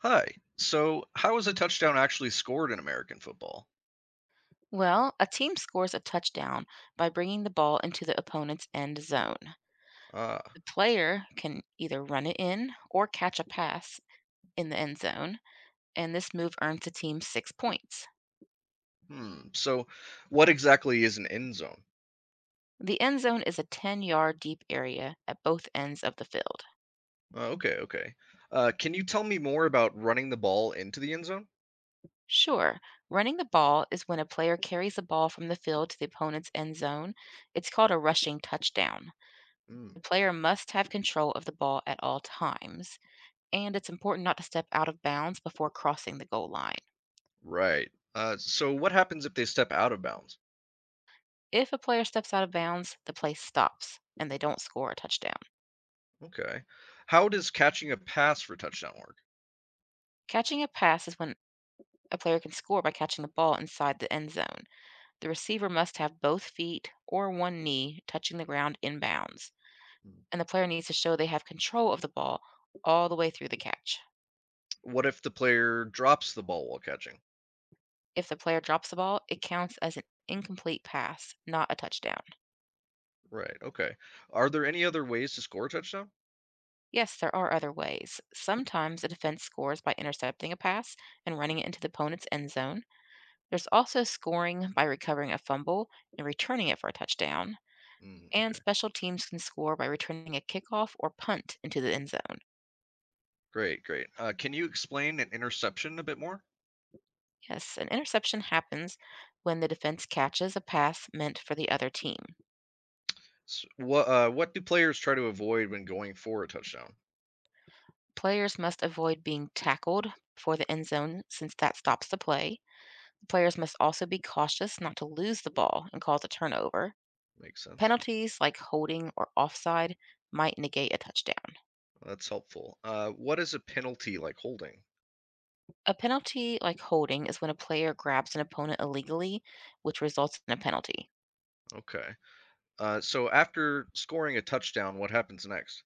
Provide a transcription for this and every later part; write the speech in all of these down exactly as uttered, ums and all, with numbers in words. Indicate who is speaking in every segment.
Speaker 1: Hi. So, how is a touchdown actually scored in American football?
Speaker 2: Well, a team scores a touchdown by bringing the ball into the opponent's end zone.
Speaker 1: Ah,
Speaker 2: The player can either run it in or catch a pass in the end zone, and this move earns the team six points.
Speaker 1: hmm. So, what exactly is an end zone?
Speaker 2: The end zone is a ten yard deep area at both ends of the field.
Speaker 1: Oh, okay, okay. Uh, can you tell me more about running the ball into the end zone?
Speaker 2: Sure, running the ball is when a player carries the ball from the field to the opponent's end zone. It's called a rushing touchdown.
Speaker 1: Hmm.
Speaker 2: The player must have control of the ball at all times, and it's important not to step out of bounds before crossing the goal line.
Speaker 1: Right. Uh, so, what happens if they step out of bounds?
Speaker 2: If a player steps out of bounds, the play stops and they don't score a touchdown.
Speaker 1: Okay. How does catching a pass for touchdown work?
Speaker 2: Catching a pass is when a player can score by catching the ball inside the end zone. The receiver must have both feet or one knee touching the ground in bounds,
Speaker 1: Hmm.
Speaker 2: and the player needs to show they have control of the ball all the way through the catch.
Speaker 1: What if the player drops the ball while catching?
Speaker 2: If the player drops the ball, it counts as an incomplete pass, not a touchdown.
Speaker 1: Right. Okay. Are there any other ways to score a touchdown?
Speaker 2: Yes, there are other ways. Sometimes a defense scores by intercepting a pass and running it into the opponent's end zone. There's also scoring by recovering a fumble and returning it for a touchdown.
Speaker 1: Mm,
Speaker 2: And
Speaker 1: okay.
Speaker 2: special teams can score by returning a kickoff or punt into the end zone.
Speaker 1: Great. Great. Uh, can you explain an interception a bit more?
Speaker 2: Yes, an interception happens when the defense catches a pass meant for the other team.
Speaker 1: S what, uh, what do players try to avoid when going for a touchdown?
Speaker 2: Players must avoid being tackled before the end zone since that stops the play. Players must also be cautious not to lose the ball and cause a turnover.
Speaker 1: Makes sense.
Speaker 2: Penalties like holding or offside might negate a touchdown.
Speaker 1: That's helpful. Uh, what is a penalty like holding?
Speaker 2: A penalty like holding is when a player grabs an opponent illegally, which results in a penalty.
Speaker 1: Okay. Uh, so after scoring a touchdown, what happens next?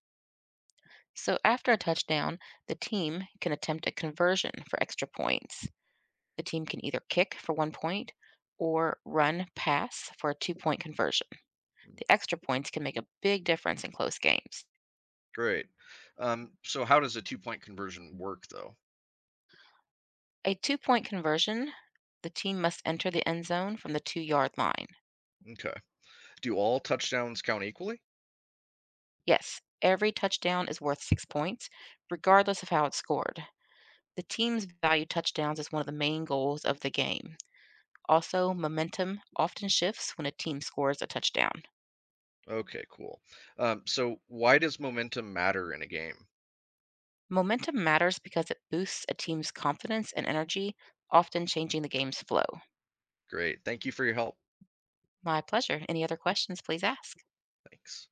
Speaker 2: So after a touchdown, the team can attempt a conversion for extra points. The team can either kick for one point or run pass for a two point conversion. The extra points can make a big difference in close games.
Speaker 1: Great. Um, so how does a two point conversion work though?
Speaker 2: A two point conversion, the team must enter the end zone from the two yard line.
Speaker 1: Okay. Do all touchdowns count equally?
Speaker 2: Yes, every touchdown is worth six points, regardless of how it's scored. The teams value touchdowns as one of the main goals of the game. Also, momentum often shifts when a team scores a touchdown.
Speaker 1: Okay, cool. Um, so why does momentum matter in a game?
Speaker 2: Momentum matters because it boosts a team's confidence and energy, often changing the game's flow.
Speaker 1: Great. Thank you for your help.
Speaker 2: My pleasure. Any other questions, please ask.
Speaker 1: Thanks.